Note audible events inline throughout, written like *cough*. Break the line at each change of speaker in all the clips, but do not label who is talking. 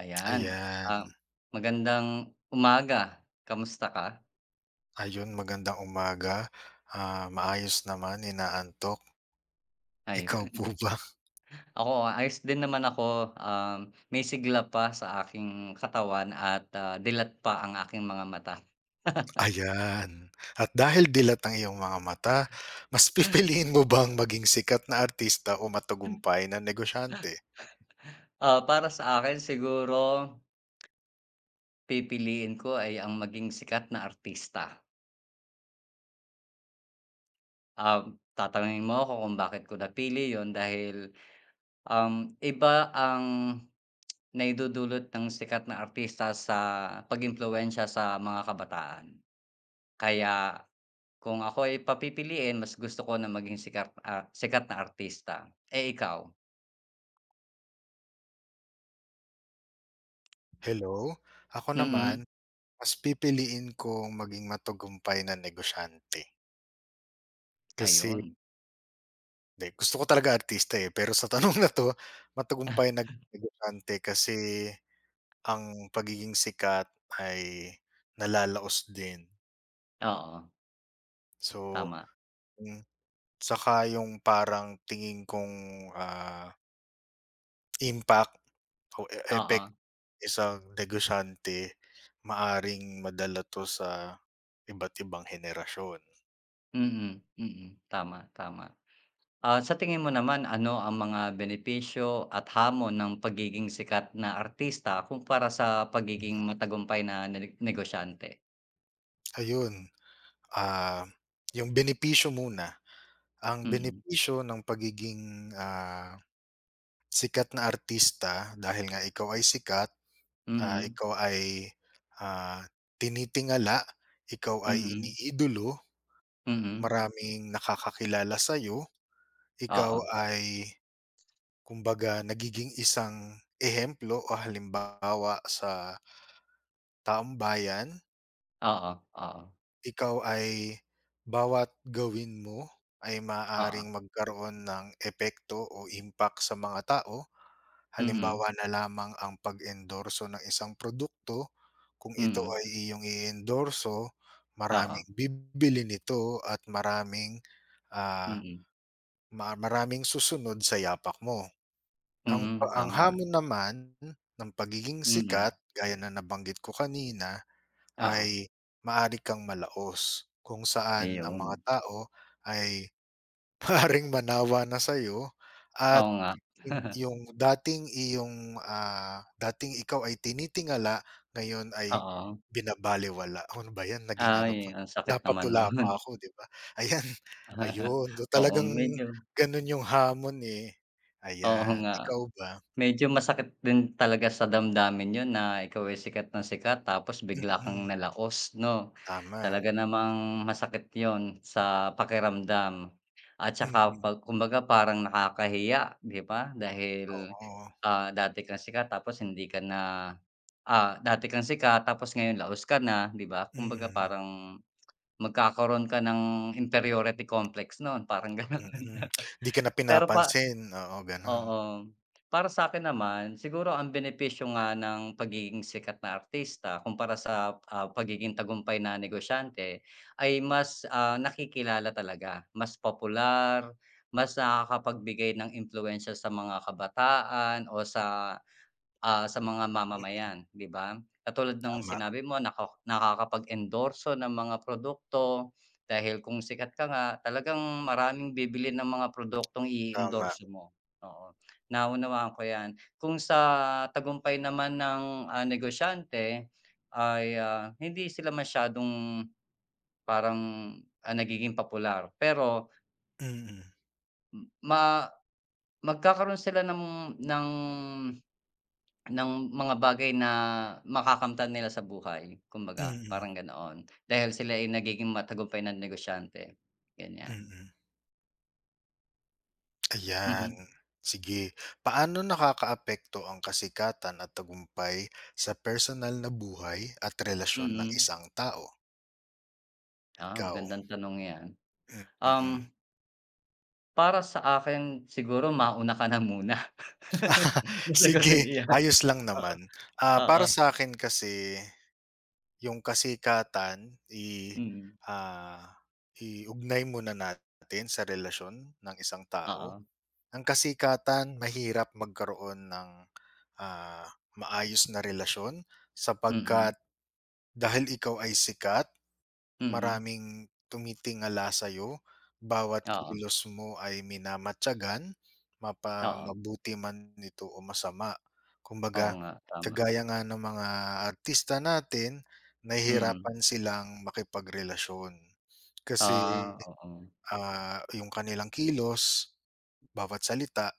Ayan,
Ayan.
ah, magandang umaga, kamusta ka?
Ayun, magandang umaga. Ah, maayos naman, inaantok. Ikaw po
Ayun,
ba? *laughs*
*laughs* ako ayos din naman ako, may sigla pa sa aking katawan at, dilat pa ang aking mga mata. *laughs*
Ayan. At dahil dilat ang iyong mga mata, mas *laughs* pipiliin mo bang maging sikat na artista o matagumpay na negosyante?
Para sa akin siguro pipiliin ko ay ang maging sikat na artista. Tatanungin mo ako kung bakit ko napili yon dahil, iba ang naidudulot ng sikat na artista sa pag sa mga kabataan. Kaya kung ako ay papipiliin mas gusto ko na maging sikat na artista. Eh, ikaw?
Hello? Ako naman,
Mm,
mas pipiliin kong maging matagumpay na negosyante. Kasi
ayun.
'di, gusto ko talaga artista, eh, pero sa *laughs* tanong na 'to, matagumpay
*laughs*
na negosyante kasi ang pagiging sikat ay nalalaos din.
Oo,
So,
tama.
hmm, saka yung parang tingin kong, ah, impact o
Oo,
epekto, isang negosyante maaring madala 'to sa iba't ibang henerasyon.
mm, mm, tama, tama. Sa tingin mo naman ano ang mga benepisyo at hamon ng pagiging sikat na artista kumpara sa
Mm,
pagiging matagumpay na negosyante?
Ayun, ah, yung benepisyo muna. Ang
Mm,
benepisyo ng pagiging, sikat na artista dahil nga ikaw ay sikat.
mm,
Ikaw ay, ah, tinitingala, ikaw ay
mm,
iniidolo,
mm,
maraming nakakakilala sa sa'yo, ikaw
oo,
ay kumbaga nagiging isang ehemplo o halimbawa sa taong bayan,
oo, oo,
ikaw ay bawat gawin mo ay
oo,
maaring magkaroon ng epekto o impact sa mga tao.
mm,
Halimbawa na lamang ang pag-endorso ng isang produkto, kung ito
mm,
ay iyong i-endorso,
oo,
maraming bibili nito at maraming, ah,
mm,
maraming susunod sa yapak mo. Ang
mm,
ang
tama.
hamon naman ng pagiging
Mm,
sikat, gaya na nabanggit ko kanina,
oo,
ay maari kang malaos kung saan ang mga
ayun.
tao ay *laughs* maaaring manawa na sa'yo
Oo
at
nga. *laughs*
yung dating ikaw ay tinitingala, ngayon ay
Oo.
binabalewala. Ano ba 'yan, naging ano
Ay,
pa,
ang sakit naman
napatula
nun.
pa ako, 'di ba? Ayan, *laughs*
*laughs*
ayun. So,
Oo,
talagang
medyo
gano'n yung hamon, eh.
oo
Ayan,
nga.
ikaw ba?
Medyo masakit din talaga sa damdamin yun na ikaw ay sikat na sikat tapos bigla kang
Mm,
nalaos 'no?
tama.
Talaga namang masakit yon sa pakiramdam at saka
Mm,
'pag kumbaga parang nakakahiya, 'di ba? Dahil,
oo.
dati kang sikat tapos hindi ka na. Dati kang sikat tapos ngayon laos ka na, 'di ba? Kumbaga
Mm,
parang magkakaroon ka ng inferiority complex non parang *laughs* gano'n.
mm. 'Di ka na
Pero pa
pinapansin, oo, gano'n.
Oo. Para sa'kin naman, siguro ang benepisyo nga ng pagiging sikat na artista kumpara sa, pagiging tagumpay na negosyante ay mas, nakikilala talaga, mas popular, mas nakakapagbigay ng impluwensiya sa mga kabataan o sa mga
Hmm,
mamamayan, 'di ba? Katulad ng
tama,
sinabi mo nakakapag-endorso ng mga produkto, dahil kung sikat ka nga, talagang maraming bibili ng mga produktong
tama.
i-endorso mo, oo. Naunawaan ko 'yan. Kung sa tagumpay naman ng, negosyante ay, hindi sila masyadong parang, nagiging popular pero
Mm,
ma magkakaroon sila ng ng mga bagay na makakamtan nila sa buhay, kumbaga
mm,
parang ganoon. Dahil sila ay nagiging matagumpay na negosyante, ganyan.
mm. Ayan,
Mhm,
sige. Paano nakakaapekto ang kasikatan at tagumpay sa personal na buhay at relasyon ng
mm.
isang tao? Ikaw?
Magandang tanong 'yan.
Mm, mm.
Um,
Mm.
Para sa akin siguro mauna ka na muna *laughs*
*laughs*
na
Sige,
sagutin iyan.
ayos lang
Oo,
naman. Ah,
oo,
para sa akin kasi yung kasikatan
mm,
ah, iugnay muna natin sa relasyon ng isang tao.
oo,
Ang kasikatan mahirap magkaroon ng, ah, maayos na relasyon,
mm,
sapagkat dahil ikaw ay sikat,
mm,
maraming tumitingala sa'yo, bawat
oo,
kilos mo ay minamatiyagan, mapa
oo.
mabuti man ito o masama. Kumbaga,
Oo nga, tama,
kagaya nga ng mga artista natin,
mm.
nahihirapan silang makipagrelasyon. Kasi,
Ah, oo,
yung kanilang kilos, bawat salita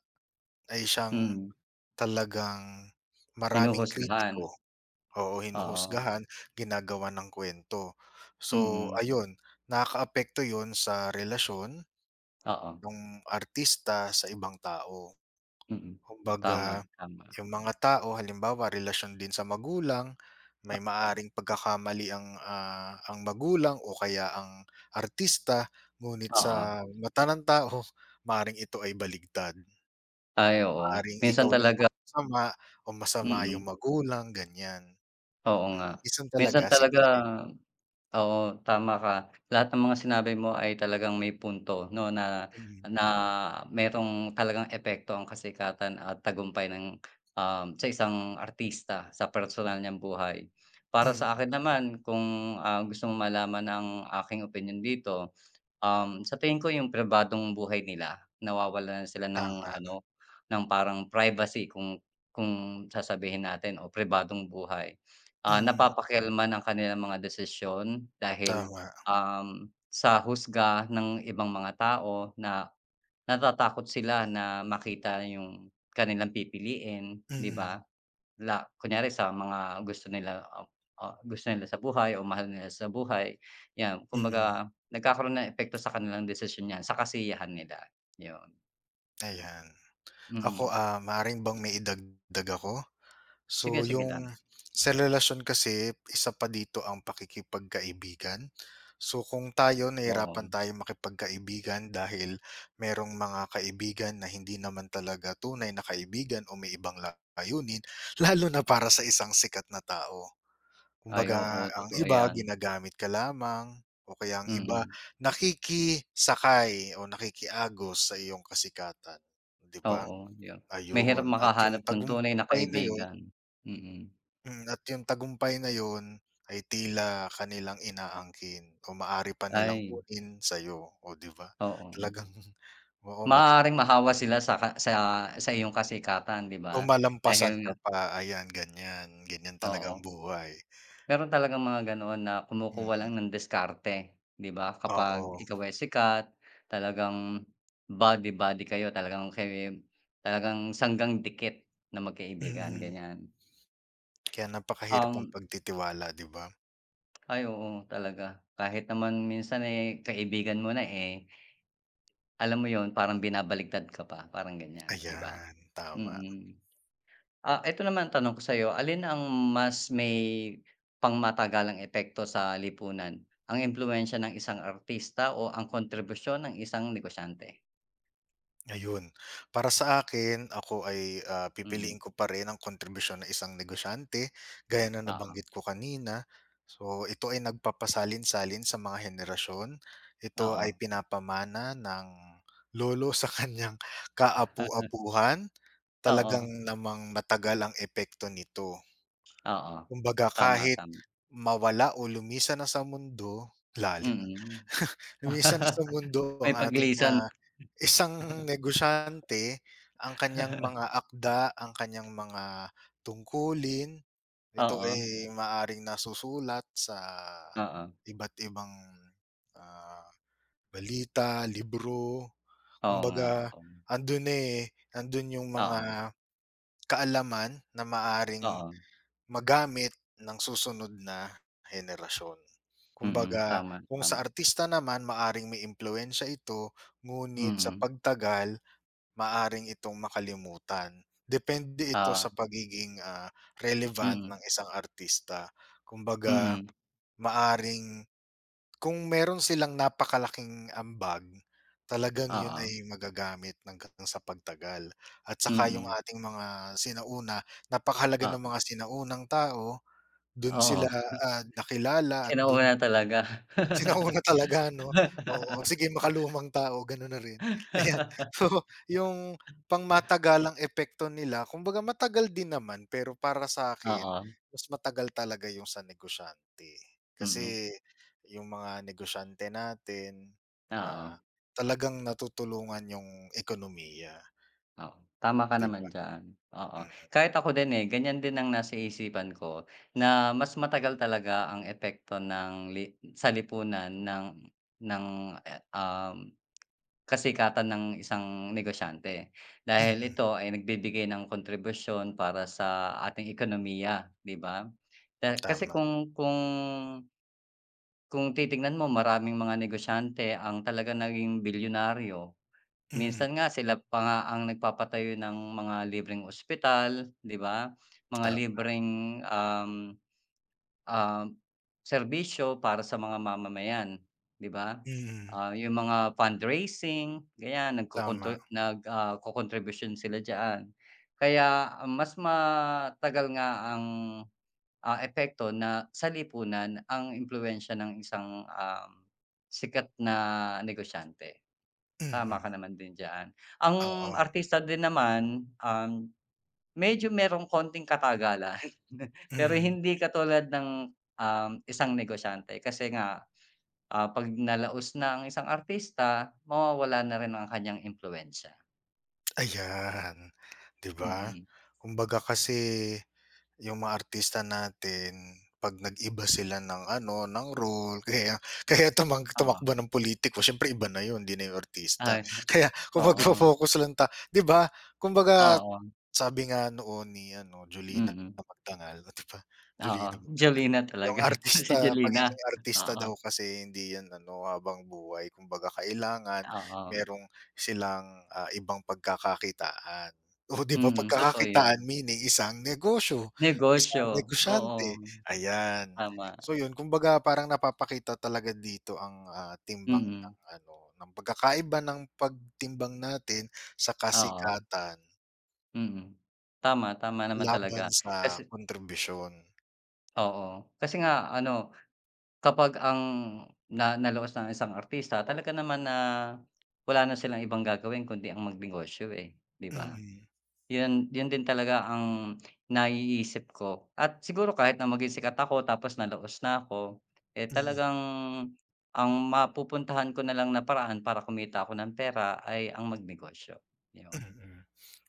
ay siyang
mm.
talagang maraming
Hinuhusgahan,
kritiko. Oo,
oo,
hinuhusgahan, ginagawa ng kwento. So
mm,
ayun, nakakaapekto 'yun sa relasyon
oo.
ng artista sa ibang tao.
Mm.
Kumbaga,
Tama, tama.
yung mga tao halimbawa relasyon din sa magulang, may maaring pagkakamali ang, ang magulang o kaya ang artista, ngunit sa
Oo.
mata ng tao *laughs* maaring ito ay baligtad.
Ay, oo.
Maaring ikaw
Minsan
yung
talaga
masama o masama yung
mm.
magulang, ganyan.
Oo
Mm,
nga.
minsan
Minsan
talaga, sige
talaga
alin?
oo, tama ka. Lahat ng mga sinabi mo ay talagang may punto 'no, na
Mm.
na merong talagang epekto ang kasikatan at tagumpay ng, sa isang artista sa personal niyang buhay. Para
Mm,
sa akin naman kung, gusto mong malaman ang aking opinyon dito. Sa tingin ko yung pribadong buhay nila, nawawalan na sila ng
tama.
ano, ng parang privacy kung sasabihin natin o pribadong buhay.
Mm,
Napapakialaman ang kanilang mga desisyon dahil,
tama.
sa husga ng ibang mga tao na natatakot sila na makita yung kanilang pipiliin, 'di
Mm,
ba? Kunyari sa mga gusto nila, gusto nila sa buhay o mahal nila sa buhay, 'yan.
mm.
Kumbaga nagkakaroon ng epekto sa kanilang desisyon 'yan, sa kasiyahan nila, 'yun.
Ayan. Ako,
Mm.
maaari bang may maidagdag ako? So,
Sige, sige
yung
lang.
sa relasyon kasi isa pa dito ang pakikipagkaibigan. So, kung tayo
Oo.
nahirapan tayong makipagkaibigan dahil merong mga kaibigan na hindi naman talaga tunay na kaibigan o may ibang layunin, *laughs* lalo na para sa isang sikat na tao.
Ay,
Kumbaga
oo,
ang
totoo
iba
'yan.
ginagamit ka lamang o kaya ang iba
Mm.
nakikisakay o nakikiagos sa iyong kasikatan, 'di ba?
Oo, 'yun. Mahirap
Ayun at yung
makahanap ng tunay na
tagumpay na yun
kaibigan. Mm.
mm, at yung tagumpay na yun ay tila kanilang inaangkin o maari pa nilang
Ay,
kunin sa iyo, o 'di ba?
oo.
Talagang *laughs* oo,
Maaaring mahawa sila sa ka sa iyong kasikatan, 'di
o
ba? Dahil
malampasan ka
nga
pa ayan ganyan, ganyan talaga ang
oo.
buhay.
Meron talagang mga ganoon na kumukuha
Hmm,
lang ng diskarte, 'di ba? Kapag
oo,
ikaw ay sikat, talagang body-body kayo talagang sanggang dikit na
mm.
magkaibigan,
Mm.
ganyan.
Kaya napakahirap ng
Um,
pagtitiwala, 'di ba?
ay oo, talaga. Kahit naman minsan, eh, kaibigan mo na, eh, alam mo yon parang binabaliktad ka pa, parang ganyan, 'di ba?
Ayan, tama.
Mm. Eto naman ang tanong ko sa'yo, alin ang mas may pangmatagalang epekto sa lipunan? Ang impluwensiya ng isang artista o ang kontribusyon ng isang negosyante?
Ayun, para sa akin ako ay,
Mm,
pipiliin ko pa rin ang kontribusyon ng isang negosyante gaya na
oo,
nabanggit ko kanina. So, ito ay nagpapasalin-salin sa mga henerasyon, ito ay
oo.
pinapamana ng lolo sa kanyang
*laughs*
kaapu-apuhan, talagang
Oo,
namang matagal ang epekto nito.
oo.
Kumbaga
Tama,
kahit
tama.
mawala o lumisan na sa mundo, lalim, ah.
Mm.
Lumisan sa
*laughs*
mundo
May
ang ating,
paglisan.
isang negosyante, ang kanyang mga
*laughs*
akda, ang kanyang mga tungkulin, ito
Oo,
ay maaring nasusulat sa
oo.
iba't ibang, ah, balita, libro.
Oo nga,
Kumbaga,
oo.
andun eh, andun yung
Oo,
mga kaalaman na maaring
oo.
magamit ng susunod na henerasyon.
Mm,
Kumbaga,
tama,
kung sa
tama.
artista naman maaring may impluwensiya ito, ngunit sa
Mm,
pagtagal maaring itong makalimutan. Depende ito sa
oo.
pagiging, relevant
Mm,
ng isang artista. Kumbaga,
mm.
maaring kung meron silang napakalaking ambag, talagang yun
Oo,
ay magagamit hanggang sa pagtagal. At saka yung
mm.
ating mga sinauna, napakahalaga
ah
ng mga sinaunang tao. Dun
oo.
sila, nakilala at dun
Sinauna
*laughs*
talaga.
sinauna talaga 'no, oo, sige,
*laughs*
makalumang tao ganon na rin, *laughs* ayan. So, yung pangmatagalang epekto nila kumbaga matagal din naman pero para sa'kin
Oo,
mas matagal talaga yung sa negosyante.
mm.
Kasi yung mga negosyante natin, ah,
Oo,
talagang natutulungan yung ekonomiya,
oo. Tama ka
'di ba?
naman diyan, oo.
Mm,
Kahit ako din, eh, ganyan din ang nasa isipan ko na mas matagal talaga ang epekto ng sa lipunan ng, eh, kasikatan ng isang negosyante. Dahil
mm,
ito ay nagbibigay ng kontribusyon para sa ating ekonomiya, 'di ba?
*clears throat*
Kasi
tama,
kung titingnan mo maraming mga negosyante ang talaga naging bilyonaryo.
mm,
Minsan nga sila pa nga ang nagpapatayo ng mga libreng ospital, 'di ba? Mga
tam
libreng, um, um, serbisyo para sa mga mamamayan, 'di ba?
mm,
Yung mga fundraising, ganyan
tama,
kokontribusyon sila diyan. Kaya mas matagal nga ang epekto na sa lipunan ang impluwensiya ng isang, sikat na negosyante. Tama
mm,
ka naman din diyan. Ang
oo.
artista din naman, medyo merong konting katagalan. *laughs* Pero
Mm,
hindi katulad ng, isang negosyante kasi nga, 'pag nalaos na ang isang artista, mawawala na rin ang kaniyang impluwensiya.
ayan, 'di ba?
Mm,
Kumbaga kasi yung mga artista natin 'pag nag-iba sila ng ano, ng role, *laughs* kaya kaya tumakbo
oo.
ng pulitiko, siyempre iba na yun, hindi na yung artista.
Ay,
Kaya kung
oo,
magfo-focus lang 'di ba? Kumbaga
oo,
sabi nga noon ni ano, Jolina
mm.
Magdangal, oh, 'di ba?
Oo,
Jolina Magdangal.
Jolina
Yung
talaga, *laughs* si
artista
Jolina.
pagiging artista
Oo,
daw kasi hindi 'yan ano, habang buhay. Kumbaga kailangan
oo,
merong silang, ibang pagkakakitaan. *laughs* Oh, 'di ba,
mm, totoo yun.
pagkakakitaan meaning isang negosyo, isang
Negosyo,
negosyante,
oo,
ayan.
tama,
So 'yun, kumbaga parang napapakita talaga dito ang, timbang ng
mm,
ano, ng pagkakaiba ng pagtimbang natin sa
oo,
kasikatan.
mm. Tama, tama naman
Laban
talaga
sa
kasi
kontribisyon.
oo, kasi nga ano, kapag na naloos ng isang artista talaga naman na wala na silang ibang gagawin kundi ang magnegosyo, eh, 'di ba?
Mm,
Yun yun din talaga ang naiisip ko at siguro kahit na maging sikat ako tapos nalaos na ako, eh,
mm,
talagang ang mapupuntahan ko na lang na paraan para kumita ako ng pera ay ang magnegosyo, yun.
mm.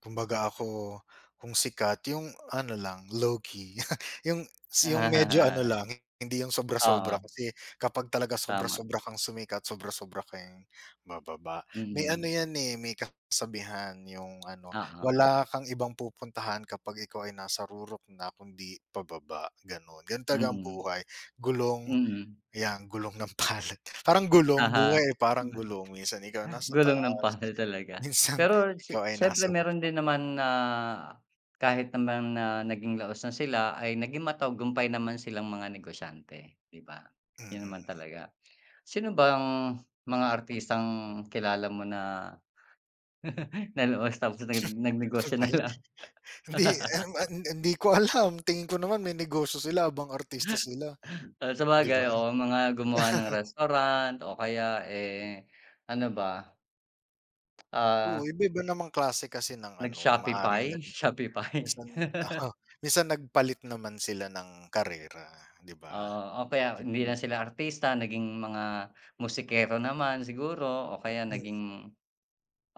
Kumbaga ako, kung sikat yung ano lang, low-key, *laughs* yung medyo ano
*laughs*
lang, hindi yung sobra-sobra
Oo,
kasi kapag talaga
tama.
sobra-sobra kang sumikat, sobra-sobra kang bababa. May ano
Mm.
yan, eh, may kasabihan yung ano,
Oo.
wala kang ibang pupuntahan kapag ikaw ay nasa rurok na kundi pababa, gano'n. Ganun talaga ang
Mm.
buhay, gulong
Mm.
Ayan, gulong ng palad. Parang gulong,
Oo.
buhay ay parang
*laughs*
gulong. Minsan ikaw nasa
Gulong ng
taas,
panel talaga.
minsan
Pero
ikaw ay
siyempre
nasa
meron
baba.
din naman na kahit naman na naging laos na sila ay naging matagumpay naman silang mga negosyante, 'di ba? 'Yun
Mm.
naman talaga. Sino bang mga artistang kilala mo na *laughs* nalaos tapos
Ano
nagnegosyo
ba
na
yun?
lang?
Hindi, um,
*laughs*
an hindi ko alam. Tingin ko naman may negosyo sila abang artista sila,
Ah,
'di
sabagay,
ba?
oo, mga gumawa ng restaurant o kaya, eh, ano ba,
Oo,
ah,
iba-iba namang klase kasi ng ano, maaring
nag-Shopify, *laughs* Shopify.
minsan, *laughs* minsan nagpalit naman sila ng karera, 'di ba?
Oo, o kaya
Di-
hindi na sila artista naging mga musikero naman siguro o kaya naging,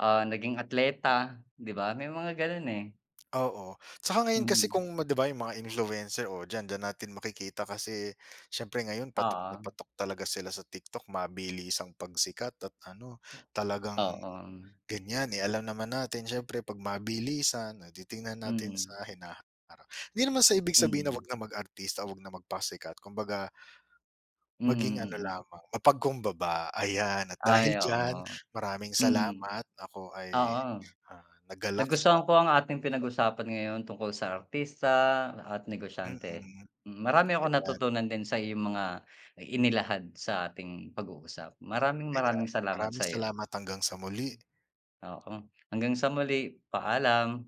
ah, naging atleta, 'di ba? May mga gano'n, eh.
Oo, tsaka ngayon kasi kung
Mm,
'di ba, yung mga influencer, o diyan diyan natin makikita kasi siyempre ngayon patok na
oo.
patok talaga sila sa TikTok, mabilis ang pagsikat at ano, talagang
Oo, mm,
ganyan, eh, alam naman natin siyempre 'pag mabilisan, eh, di tingnan natin
mm,
sa hinaharap. Hindi naman sa ibig sabihin na 'wag
mm,
na mag-artista, 'wag na magpasikat, kumbaga maging ano
mm. mm.
lamang, mapagkumbaba, ayan. At dahil
Ay, oo,
diyan, maraming
mm,
salamat. Ako ay,
oo.
nagalak sa
Nagustuhan ko
ating
ang ating
pag-uusap
pinag-usapan ngayon tungkol sa artista at
mm,
negosyante.
Ayan.
Marami akong natutunan din sa iyong mga inilahad sa ating pag-uusap. Maraming
Ayan,
maraming salamat
maraming
sa'yo.
salamat hanggang sa muli.
Oo, hanggang sa muli, paalam.